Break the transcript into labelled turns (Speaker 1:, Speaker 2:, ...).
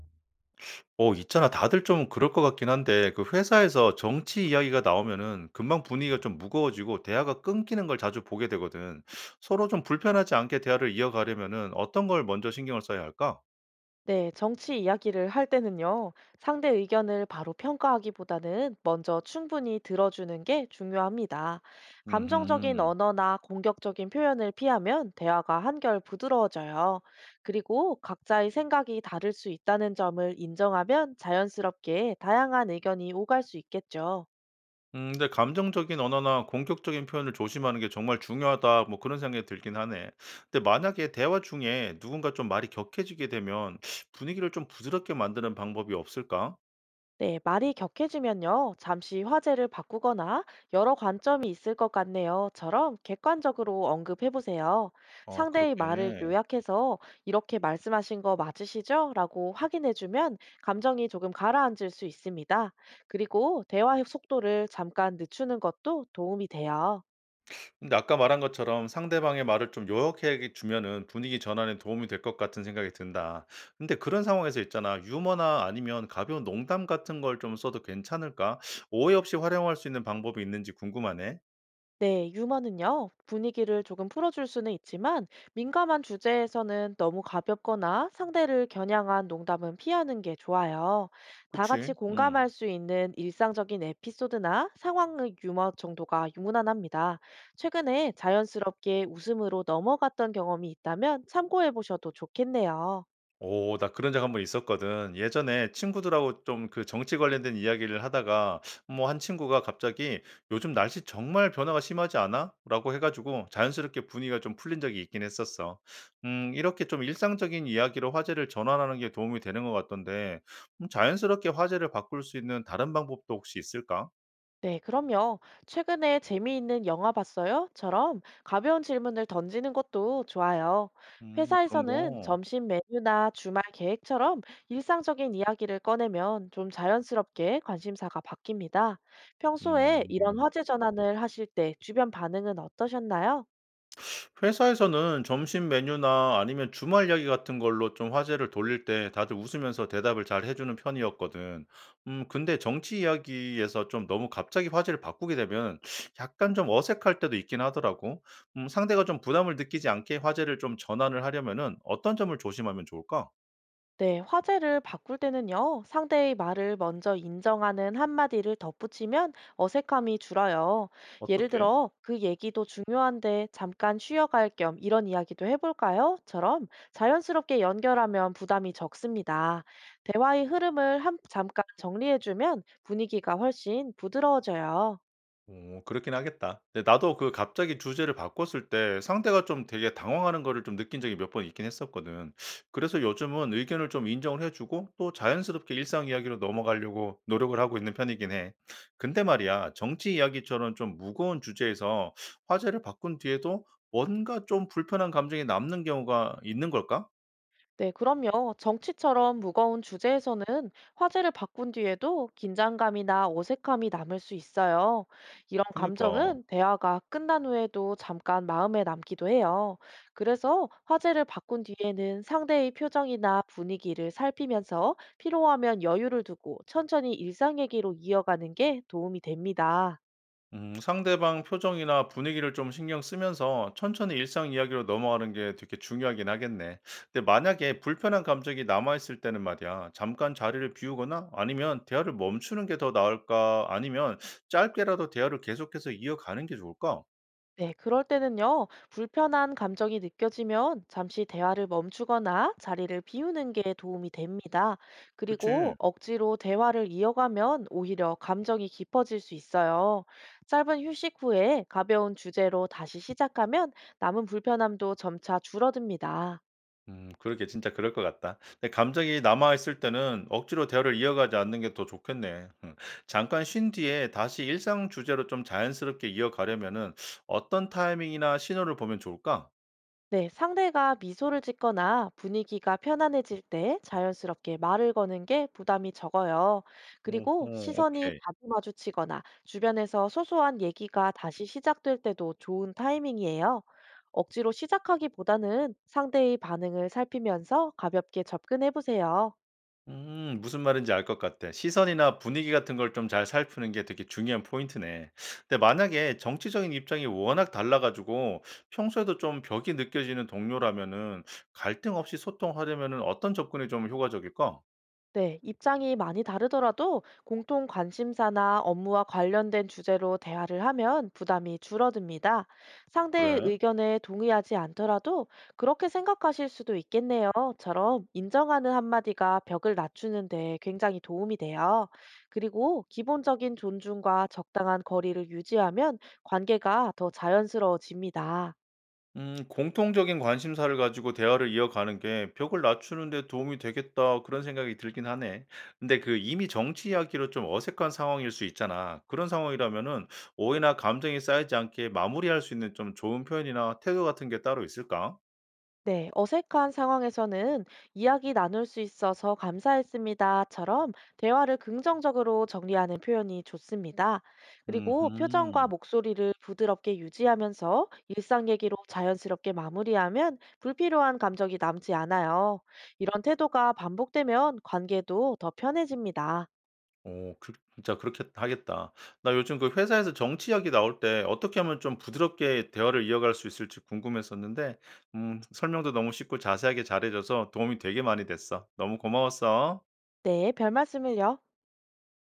Speaker 1: 어 있잖아. 다들 좀 그럴 것 같긴 한데 그 회사에서 정치 이야기가 나오면은 금방 분위기가 좀 무거워지고 대화가 끊기는 걸 자주 보게 되거든. 서로 좀 불편하지 않게 대화를 이어가려면은 어떤 걸 먼저 신경을 써야 할까?
Speaker 2: 네, 정치 이야기를 할 때는요, 상대 의견을 바로 평가하기보다는 먼저 충분히 들어주는 게 중요합니다. 감정적인
Speaker 1: 음.
Speaker 2: 언어나 공격적인 표현을 피하면 대화가 한결 부드러워져요. 그리고 각자의 생각이 다를 수 있다는 점을 인정하면 자연스럽게 다양한 의견이 오갈 수 있겠죠.
Speaker 1: 근데 감정적인 언어나 공격적인 표현을 조심하는 게 정말 중요하다 뭐 그런 생각이 들긴 하네. 근데 만약에 대화 중에 누군가 좀 말이 격해지게 되면 분위기를 좀 부드럽게 만드는 방법이 없을까?
Speaker 2: 네, 말이 격해지면요. 잠시 화제를 바꾸거나 여러 관점이 있을 것 같네요.처럼 객관적으로 언급해 보세요.
Speaker 1: 어
Speaker 2: 상대의
Speaker 1: 그렇게.
Speaker 2: 말을 요약해서 이렇게 말씀하신 거 맞으시죠? 라고 확인해 주면 감정이 조금 가라앉을 수 있습니다. 그리고 대화의 속도를 잠깐 늦추는 것도 도움이 돼요.
Speaker 1: 근데 아까 말한 것처럼 '상대방의 말을 좀 요약해 주면은 분위기 전환에 도움이 될 것 같은 생각이 든다.' 근데 그런 상황에서 있잖아. 유머나 아니면 가벼운 농담 같은 걸 좀 써도 괜찮을까? 오해 없이 활용할 수 있는 방법이 있는지 궁금하네.
Speaker 2: 네, 유머는요, 분위기를 조금 풀어줄 수는 있지만, 민감한 주제에서는 너무 가볍거나 상대를 겨냥한 농담은 피하는 게 좋아요. 다 같이
Speaker 1: 그치? 음.
Speaker 2: 공감할 수 있는 일상적인 에피소드나 상황의 유머 정도가 무난합니다. 최근에 자연스럽게 웃음으로 넘어갔던 경험이 있다면 참고해 보셔도 좋겠네요.
Speaker 1: 오 나 그런 적 한 번 있었거든. 예전에 친구들하고 좀 그 정치 관련된 이야기를 하다가 뭐 한 친구가 갑자기 "요즘 날씨 정말 변화가 심하지 않아?" 라고 해 가지고 자연스럽게 분위기가 좀 풀린 적이 있긴 했었어. 이렇게 좀 일상적인 이야기로 화제를 전환하는 게 도움이 되는 것 같던데 자연스럽게 화제를 바꿀 수 있는 다른 방법도 혹시 있을까?
Speaker 2: 네, 그럼요. 최근에 재미있는 영화 봤어요?처럼 가벼운 질문을 던지는 것도 좋아요.
Speaker 1: 그런
Speaker 2: 회사에서는
Speaker 1: 거.
Speaker 2: 점심 메뉴나 주말 계획처럼 일상적인 이야기를 꺼내면 좀 자연스럽게 관심사가 바뀝니다. 평소에 이런
Speaker 1: 음.
Speaker 2: 화제 전환을 하실 때 주변 반응은 어떠셨나요?
Speaker 1: 회사에서는 점심 메뉴나 아니면 주말 이야기 같은 걸로 좀 화제를 돌릴 때 다들 웃으면서 대답을 잘 해주는 편이었거든. 근데 정치 이야기에서 좀 너무 갑자기 화제를 바꾸게 되면 약간 좀 어색할 때도 있긴 하더라고. 상대가 좀 부담을 느끼지 않게 화제를 좀 전환을 하려면은 어떤 점을 조심하면 좋을까?
Speaker 2: 네, 화제를 바꿀 때는요, 상대의 말을 먼저 인정하는 한마디를 덧붙이면 어색함이 줄어요. 예를
Speaker 1: 어떻게?
Speaker 2: 들어, 그 얘기도 중요한데 잠깐 쉬어갈 겸 이런 이야기도 해볼까요? 처럼 자연스럽게 연결하면 부담이 적습니다. 대화의 흐름을 잠깐 정리해주면 분위기가 훨씬 부드러워져요.
Speaker 1: 어 그렇긴 하겠다. 근데 나도 그 갑자기 주제를 바꿨을 때 상대가 좀 되게 당황하는 거를 좀 느낀 적이 몇 번 있긴 했었거든. 그래서 요즘은 의견을 좀 인정을 해 주고 또 자연스럽게 일상 이야기로 넘어가려고 노력을 하고 있는 편이긴 해. 근데 말이야, 정치 이야기처럼 좀 무거운 주제에서 화제를 바꾼 뒤에도 뭔가 좀 불편한 감정이 남는 경우가 있는 걸까?
Speaker 2: 네, 그럼요. 정치처럼 무거운 주제에서는 화제를 바꾼 뒤에도 긴장감이나 어색함이 남을 수 있어요. 이런
Speaker 1: 그니까.
Speaker 2: 감정은 대화가 끝난 후에도 잠깐 마음에 남기도 해요. 그래서 화제를 바꾼 뒤에는 상대의 표정이나 분위기를 살피면서 필요하면 여유를 두고 천천히 일상 얘기로 이어가는 게 도움이 됩니다.
Speaker 1: 상대방 표정이나 분위기를 좀 신경 쓰면서 천천히 일상 이야기로 넘어가는 게 되게 중요하긴 하겠네. 근데 만약에 불편한 감정이 남아있을 때는 말이야, 잠깐 자리를 비우거나 아니면 대화를 멈추는 게 더 나을까? 아니면 짧게라도 대화를 계속해서 이어가는 게 좋을까?
Speaker 2: 네, 그럴 때는요, 불편한 감정이 느껴지면 잠시 대화를 멈추거나 자리를 비우는 게 도움이 됩니다.
Speaker 1: 그치?
Speaker 2: 그리고 억지로 대화를 이어가면 오히려 감정이 깊어질 수 있어요. 짧은 휴식 후에 가벼운 주제로 다시 시작하면 남은 불편함도 점차 줄어듭니다.
Speaker 1: 그러게 진짜 그럴 것 같다. 근데 감정이 남아 있을 때는 억지로 대화를 이어가지 않는 게 더 좋겠네. 음. 잠깐 쉰 뒤에 다시 일상 주제로 좀 자연스럽게 이어가려면은 어떤 타이밍이나 신호를 보면 좋을까?
Speaker 2: 네, 상대가 미소를 짓거나 분위기가 편안해질 때 자연스럽게 말을 거는 게 부담이 적어요. 그리고
Speaker 1: 오호.
Speaker 2: 시선이
Speaker 1: 오케이.
Speaker 2: 자주 마주치거나 주변에서 소소한 얘기가 다시 시작될 때도 좋은 타이밍이에요. 억지로 시작하기보다는 상대의 반응을 살피면서 가볍게 접근해 보세요.
Speaker 1: 무슨 말인지 알 것 같아. 시선이나 분위기 같은 걸 좀 잘 살피는 게 되게 중요한 포인트네. 근데 만약에 정치적인 입장이 워낙 달라 가지고 평소에도 좀 벽이 느껴지는 동료라면은 갈등 없이 소통하려면은 어떤 접근이 좀 효과적일까?
Speaker 2: 네, 입장이 많이 다르더라도 공통 관심사나 업무와 관련된 주제로 대화를 하면 부담이 줄어듭니다. 상대의
Speaker 1: 그래.
Speaker 2: 의견에 동의하지 않더라도 그렇게 생각하실 수도 있겠네요.처럼 인정하는 한마디가 벽을 낮추는데 굉장히 도움이 돼요. 그리고 기본적인 존중과 적당한 거리를 유지하면 관계가 더 자연스러워집니다.
Speaker 1: 공통적인 관심사를 가지고 대화를 이어가는 게 벽을 낮추는 데 도움이 되겠다 그런 생각이 들긴 하네. 근데 그 이미 정치 이야기로 좀 어색한 상황일 수 있잖아. 그런 상황이라면은 오해나 감정이 쌓이지 않게 마무리할 수 있는 좀 좋은 표현이나 태도 같은 게 따로 있을까?
Speaker 2: 네, 어색한 상황에서는 이야기 나눌 수 있어서 감사했습니다.처럼 대화를 긍정적으로 정리하는 표현이 좋습니다. 그리고 표정과
Speaker 1: 음흠.
Speaker 2: 목소리를 부드럽게 유지하면서 일상 얘기로 자연스럽게 마무리하면 불필요한 감정이 남지 않아요. 이런 태도가 반복되면 관계도 더 편해집니다.
Speaker 1: 어 그 진짜 그렇게 하겠다. 나 요즘 그 회사에서 정치 이야기 나올 때 어떻게 하면 좀 부드럽게 대화를 이어갈 수 있을지 궁금했었는데 설명도 너무 쉽고 자세하게 잘해 줘서 도움이 되게 많이 됐어. 너무 고마웠어.
Speaker 2: 네, 별 말씀을요.